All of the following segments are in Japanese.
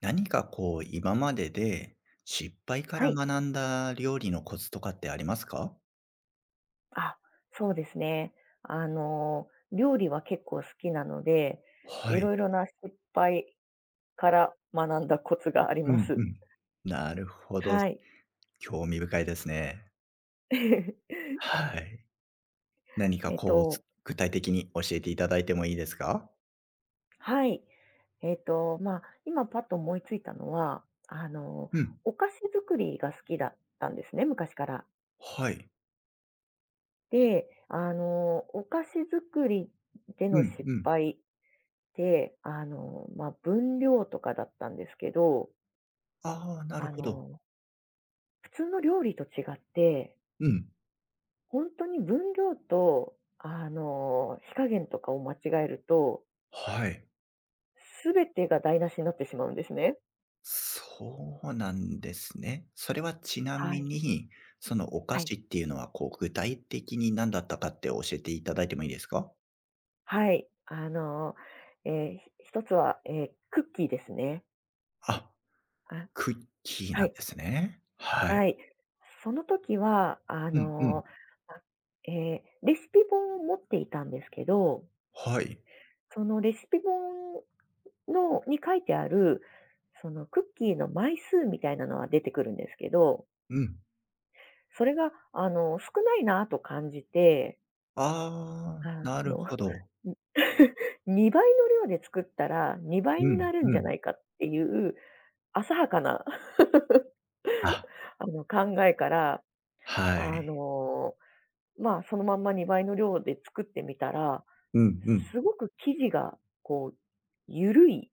何かこう、今までで失敗かはらい。学んだ料理のコツとかってありますか？あ、そうですね。料理は結構好きなので、いはい。ろいろな失敗から学んだコツがありうまんうす。ん。なるほど。はい。興味深いですね。はい。何かえっこう、つと、具体的に教えていただいてもいいですか？はい。まあ、今パッと思いついたのは、うん。お菓子作りが好きだったんですね、昔から。はい。で、お菓子作りでうのん失うん。敗って、まあ、分量とかだったんですけど、ああ、なるあほど。の普通の料理と違って、うん。本当に分量と、火加減とかを間違えると、はい。すべてが台無しになってしまうんですね。そうなんですね。それはちなはみい。に、そのお菓はい。子っていうのは、こう、具体的に何だったかって教えていただいてもいいですか？はい。あの、えーひ一つは、クッキーですね。あ、あ、クッキーはなんい。ですね。ははい。い。その時は、うんうん。あ、えレシピ本を持っていたんですけど、はい。そのレシピ本のに書いてある、そのクッキーの枚数みたいなのは出てくるんですけど、うん。それが、少ないなと感じて、ああ、あなるの、ほど。ん2倍の量で作ったら、2倍うにんなるんうじゃん。ないかっていう浅はかな あ、考えから、はあい。の、まあ、そのまんま2倍の量で作ってみたら、うんうん。すごく生地が、こう、ゆるい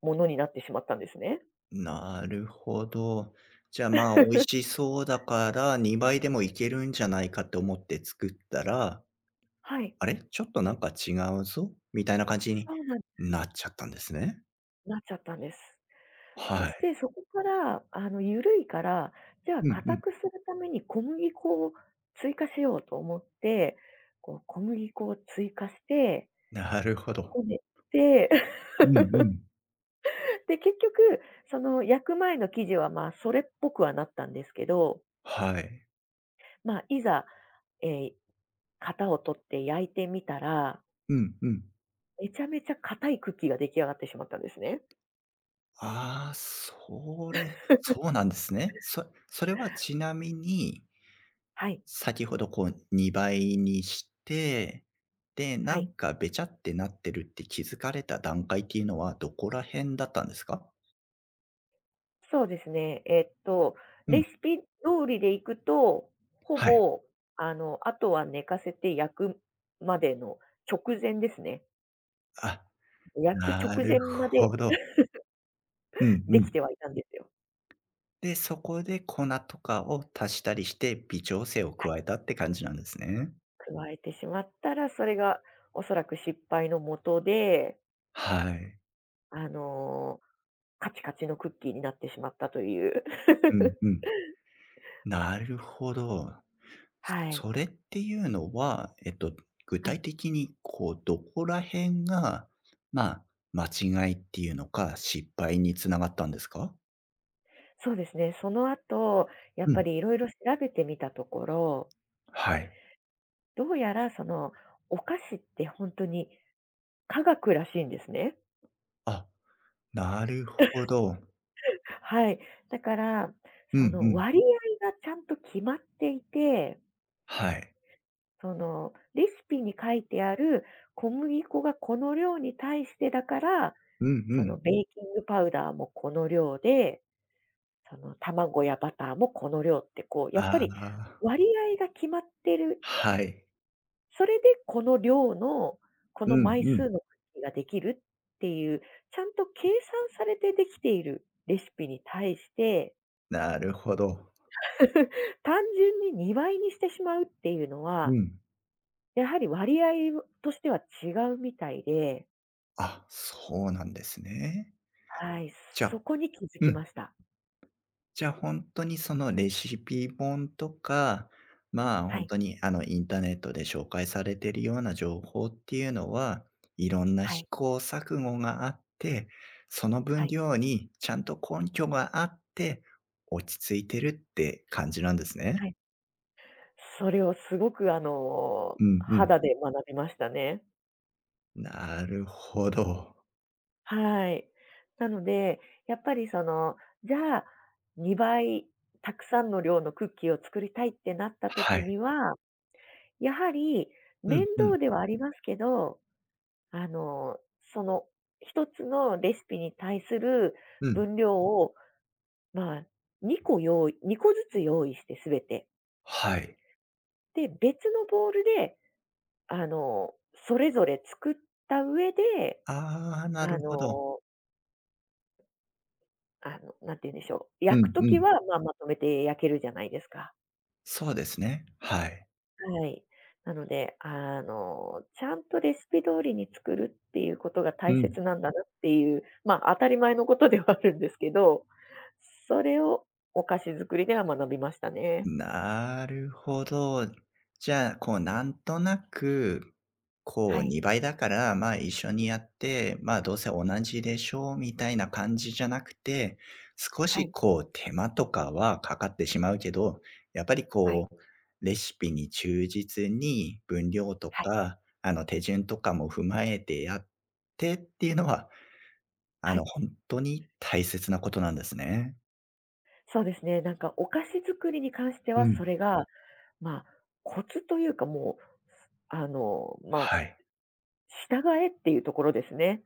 ものになってしまったんですね。なるほど。じゃあ、まあ、美味しそうだから、2倍でもいけるんじゃないかって思って作ったら、はい。あれ、ちょっとなんか違うぞ、みたいな感じにそうなんなっちゃったんですね。なっちゃったんです。そはしてい。そこから、ゆるいから、じゃあうんう硬ん。くするために小麦粉を追加しようと思って、こう小麦粉を追加して、なるほど。こねて、うんうん。で、結局、その焼く前の生地は、まあ、それっぽくはなったんですけど、はい。まあ、いざ、えー型を取って焼いてみたら、うんうん。めちゃめちゃ硬いクッキーが出来上がってしまったんですね。ああ、そうなんですね。そちなみに、はい、先ほどこう2倍にして、で、はない。んかべちゃってなってるって気づかれた段階っていうのはどこら辺だったんですか？そうですね。うレん、シピ通りでいくと、ほはい。ぼ、あとは寝かせて焼くまでの直前ですね。あ、焼くな直る前までほど。うんうできん。てはいたんですよ。で、そこで粉とかを足したりして、微調整をは加い。えたって感じなんですね。加えてしまったら、それがおそらく失敗のもとで、はい。あの、カチカチのクッキーになってしまったという。うんう ん。なるほど。はい。それっていうのは、具はい。体的に、こう、どこら辺が、まあ、間違いっていうのか、失敗につながったんですか？そうですね。その後、やっうぱん、りいろいろ調べてみたところはい。どうやらお菓子って本当に科学らしいんですね。あ、なるほど。はい。だから、うそんうのん。割合がちゃんと決まっていて、はい。そのレシピに書いてある小麦粉がこの量に対してだから、うんうそん。のベーキングパウダーもこの量で、その卵やバターもこの量ってこう、やっぱありあ、割合が決まってるはい。それでこの量の、こうのん枚うん。数のクッキーができるっていう、ちゃんと計算されてできているレシピに対して、なるほど。単純に2倍にしてしまうっていうのうは、ん。やはり割合としては違うみたいで、あ、そうなんですね。はい、じゃそあこに気づうきん。ました。じゃあ、本当にそのレシピ本とか、まあ、は本い、当に、インターネットで紹介されているような情報っていうのは、いろんなは試い、行錯誤があって、そのは分い、量にちゃんと根拠があって、落ち着いてるって感じなんですはね。い。それをすごくうんうん。肌で学びましたね。なるほど。はい。なので、やっぱりじゃあ、2倍たくさんの量のクッキーを作りたいってなったは時い。には、やはりうん面うん、倒ではありますけど、あの、その一つのレシピに対するうん。分量を、まあ、2個用意、2個ずつ用意してすべて。はい。で、別のボールで、それぞれ作った上で、ああ、なあるほど。の、なんて言うんでしょう、う焼くんとうきん。は、まあ、まとめて焼けるじゃないですか。そうですね。はい。はい。なので、ちゃんとレシピ通りに作るっていうことがう大ん。切なんだなっていう、まあ、当たり前のことではあるんですけど、それをお菓子作りでは学びましたね。なるほど。じゃあ、こう、なんとなく、こはう、い。2倍だから、まあ、一緒にやって、まあ、どうせ同じでしょうみたいな感じじゃなくて、少はし、い。こう、手間とかはかかってしまうけど、やっぱり、はい。こう、レシピに忠実に分量とはい。か、手順とかも踏まえてやってっていうのは、はい。本当に大切なことなんですね。そうですね、なんかお菓子作りに関してうは、ん。それが、まあ、コツというか、もう、まあ、はい。従えっていうところですね。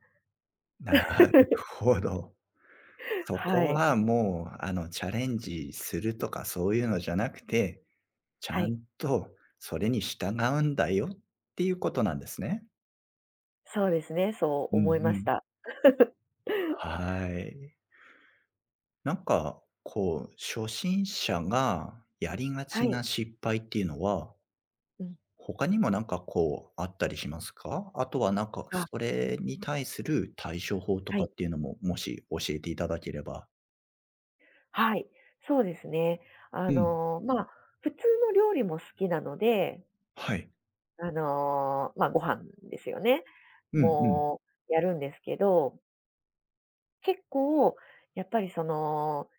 なる ほど。そはこい。はもう、チャレンジするとかそういうのじゃなくて、ちはゃい、んとそれに従うんだよっていうことなんですね。そうですね、そううんう思いましん。た。はい。なんか、こう、初心者がやりがはちない。失敗っていうのは、うん。他にもなんかこうあったりしますか？あとはなんか、あ、それに対する対処法とはかっい。ていうのも、もし教えていただければ。はい、そうですね。うん。まあ、普通の料理も好きなので、はい。まあ、ご飯ですよね。うんうん。もうやるんですけど、結構やっぱり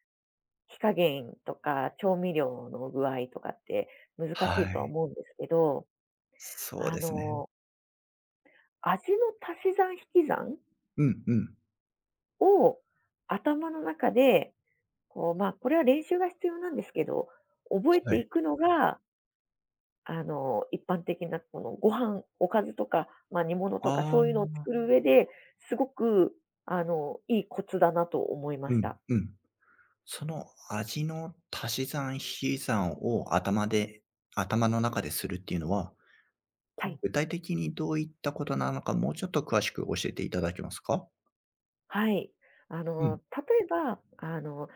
火加減とか調味料の具合とかって難しはいとはい。思うんですけど、そうあですね。の、味の足し算引き算うんうん。を頭の中でこう、まあ、これは練習が必要なんですけど、覚えはてい。いくのが、一般的なこのご飯、おかずとか、まあ、煮物とかあそういうのあ。を作る上で、すごく、いいコツだなと思いまうしんた。うん。その味の足し算引き算を頭の中でするっていうのは、はこうい。具体的にどういったことなのか、もうちょっと詳しく教えていただけますか？はい。うん。例えば、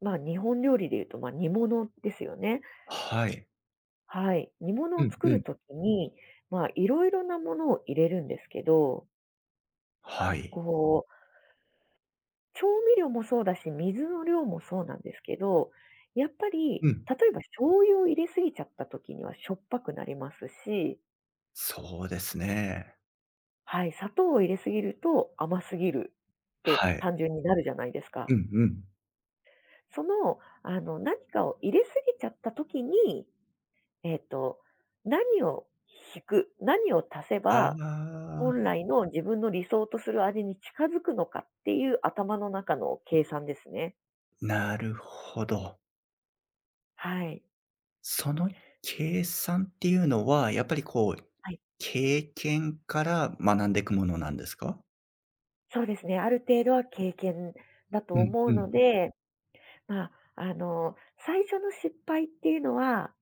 まあ、日本料理で言うと、まあ、煮物ですよね。はい。はい。煮物うをん作うるん。ときに、まあ、いろいろなものを入れるんですけど、はこい。う調味料もそうだし、水の量もそうなんですけど、やっぱり、うん。例えば醤油を入れすぎちゃった時にはしょっぱくなりますし、そうですね。はい、砂糖を入れすぎると甘すぎるっはてい。単純になるじゃないですうか。んうん。何かを入れすぎちゃった時に、えっと、何を引く、何を足せあば、あ、本来の自分の理想とする味に近づくのかっていう頭の中の計算ですね。なるほど。はい。その計算っていうのは、やっぱりこう、はい。経験から学んでいくものなんですか？そうですね、ある程度は経験だとうん思ううのん。で、まあ、最初の失敗っていうのは、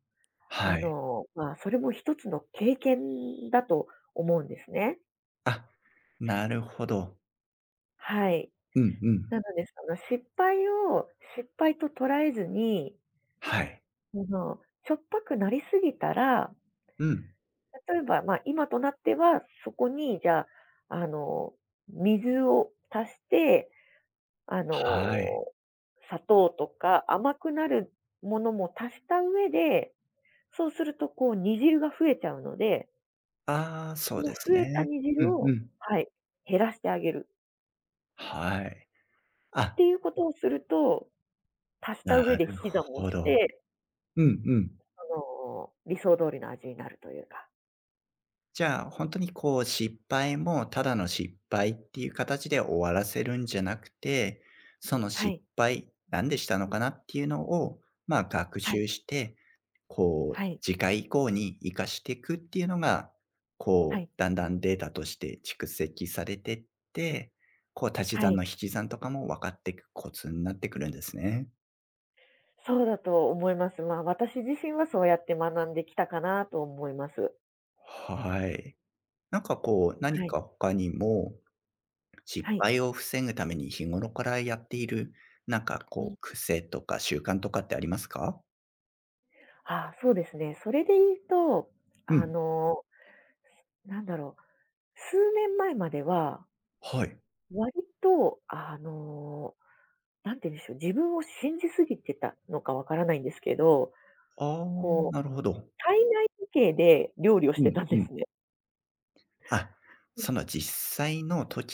はい。まあ、それも一つの経験だと思うんですね。あ、なるほど。はい。うんうん。なので、その失敗を失敗と捉えずに、はい。しょっぱくなりすぎたら、うん。例えば、まあ、今となっては、そこに、じゃあ、あの、水を足して、あはい。の、砂糖とか甘くなるものも足した上で、そうするとこう煮汁が増えちゃうので、ああ、そそうのです増えたね。煮う汁んうをん。はい、減らしてあげるはい。ってあ、いうことをすると、足したな上るで引き算をほしど。て、うんうん。あ理想通りの味になるというか。じゃあ、本当にこう、失敗もただの失敗っていう形で終わらせるんじゃなくて、そのは失い、敗、なんでしたのかなっていうのを、まあ、学はい、習して、こう、はい、次回以降に生かしていくっていうのが、はこう、い、だんだんデータとして蓄積されてって、こう足しは算い。の引き算とかも分かっていくコツになってくるんですね。そうだと思います。まあ、私自身はそうやって学んできたかなと思います。はい。なんかこう、何はい、か他にも失はい。敗を防ぐために日頃からやっている、なんかうこんう、癖とか習慣とかってありますか？あそうですね。それで言うと、うあん、の、なんだろう、数年前までは、はい。割と、なんて言うんでしょう、自分を信じすぎてたのかわからないんですけど、ああ、こう、なるほど。体内時計で料理をしうてんたんうでん。すね。あ、うん、その実際の時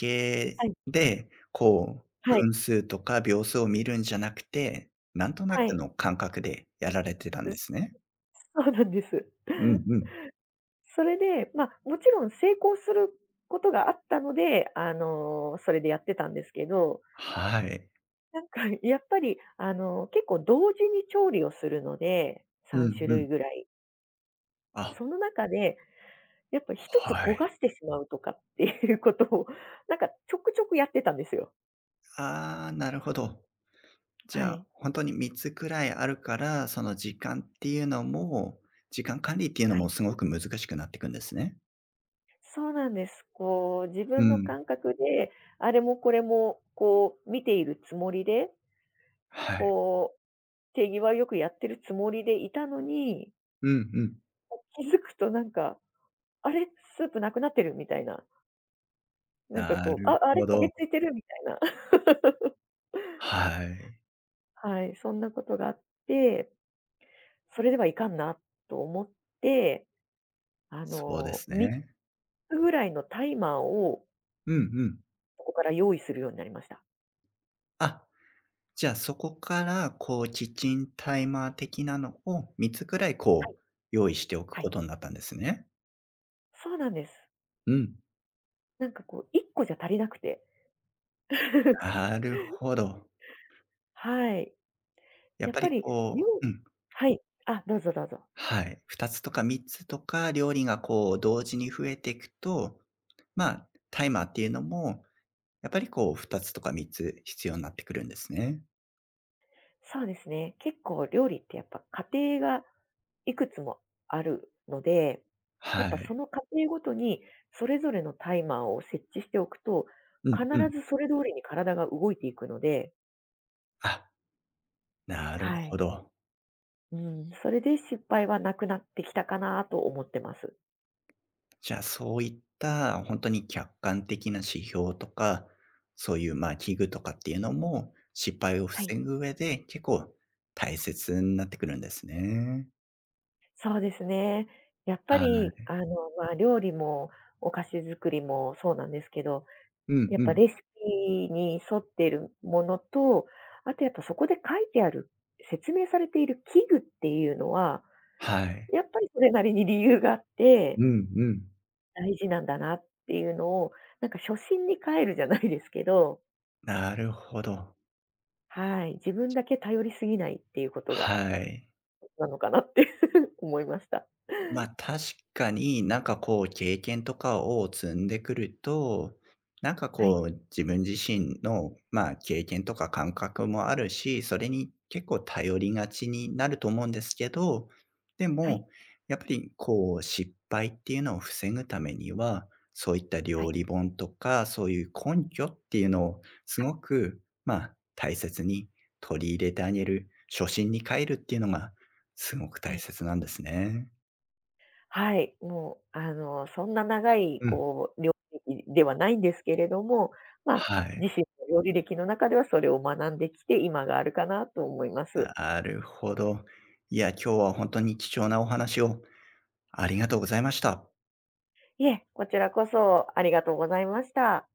は計い、で、こう、はい、分数とか秒数を見るんじゃなくて、なんとなはくい。の感覚でやられてたんうですね。そうなんです。うんうん。それで、まあ、もちろん成功することがあったので、それでやってたんですけどはい。なんか やっぱり、結構同時に調理をするので、う3ん種う類ん。ぐらい。あ、その中で、やっぱ一つは焦い。がしてしまうとかっていうことを、なんかちょくちょくやってたんですよ。ああ、なるほど。じはゃあ、い。本当に3つくらいあるから、時間管理っていうのはもい。すごく難しくなっていくんですね。そうなんです。こう、自う分のん。感覚で、あれもこれも、こう、見ているつもりで、はい。こう、手際よくやってるつもりでいたのに、うんうん。気づくとなんか、あれ、スープなくなってるみたいな。なんかなこう、るあ、あれほ焦げど。ついてるみたいな。はい。はい、そんなことがあって、それではいかんなと思って、そうです3ね。つぐらいのタイマーをうんうん。そこから用意するようになりました。あ、じゃあそこから、こう、キッチンタイマー的なのを3つくらい、はこい、う、用意しておくはこい。とになったんですね。そうなんです。うん。なんかこう1個じゃ足りなくて。なるほど。はい。やっやっぱぱりり料こうう理。ん。はい。あ、どうぞどうぞ。はい。2つとか3つとか料理がこう同時に増えていくと、まあ、タイマーっていうのも、やっぱりこう2つとか3つ必要になってくるんですね。そうですね。結構料理ってやっぱ家庭がいくつもあるので、やっはぱそい。の家庭ごとにそれぞれのタイマーを設置しておくと、うん必うん。ずそれ通りに体が動いていくので、あ、なるはほい。ど。うん、それで失敗はなくなってきたかなと思ってます。じゃあそういった本当に客観的な指標とか、そういう、まあ、器具とかっていうのも、失敗をは防い。ぐ上で結構大切になってくるんですね。そうですね。やっぱはい。り、まあ、料理もお菓子作りもそうなんですけど、うんやっうぱん。レシピに沿っているものと、あとやっぱそこで書いてある、説明されている器具っていうのは、はい。やっぱりそれなりに理由があって、うんうん。大事なんだなっていうのを、なんか初心に帰るじゃないですけど、なるほど。はい、自分だけ頼りすぎないっていうことがはい。なのかなって 思いました。ま、確かに、なんかこう経験とかを積んでくると、なんかはこい、う自分自身の、まあ、経験とか感覚もあるし、それに結構頼りがちになると思うんですけど、ではい、も、やっぱりこう失敗っていうのを防ぐためには、そういったは料い、理本とか、そういう根拠っていうのをすごく、まあ、大切に取り入れてあげる、初心に帰るっていうのがすごくは大い。切なんですね。はい、もう、そんな長い、うん。こう、料理歴ではないんですけれども、まあ、は自い。身の料理歴の中ではそれを学んできて、今があるかなと思います。なるほど。いや、今日は本当に貴重なお話をありがとうございました。いえ、こちらこそありがとうございました。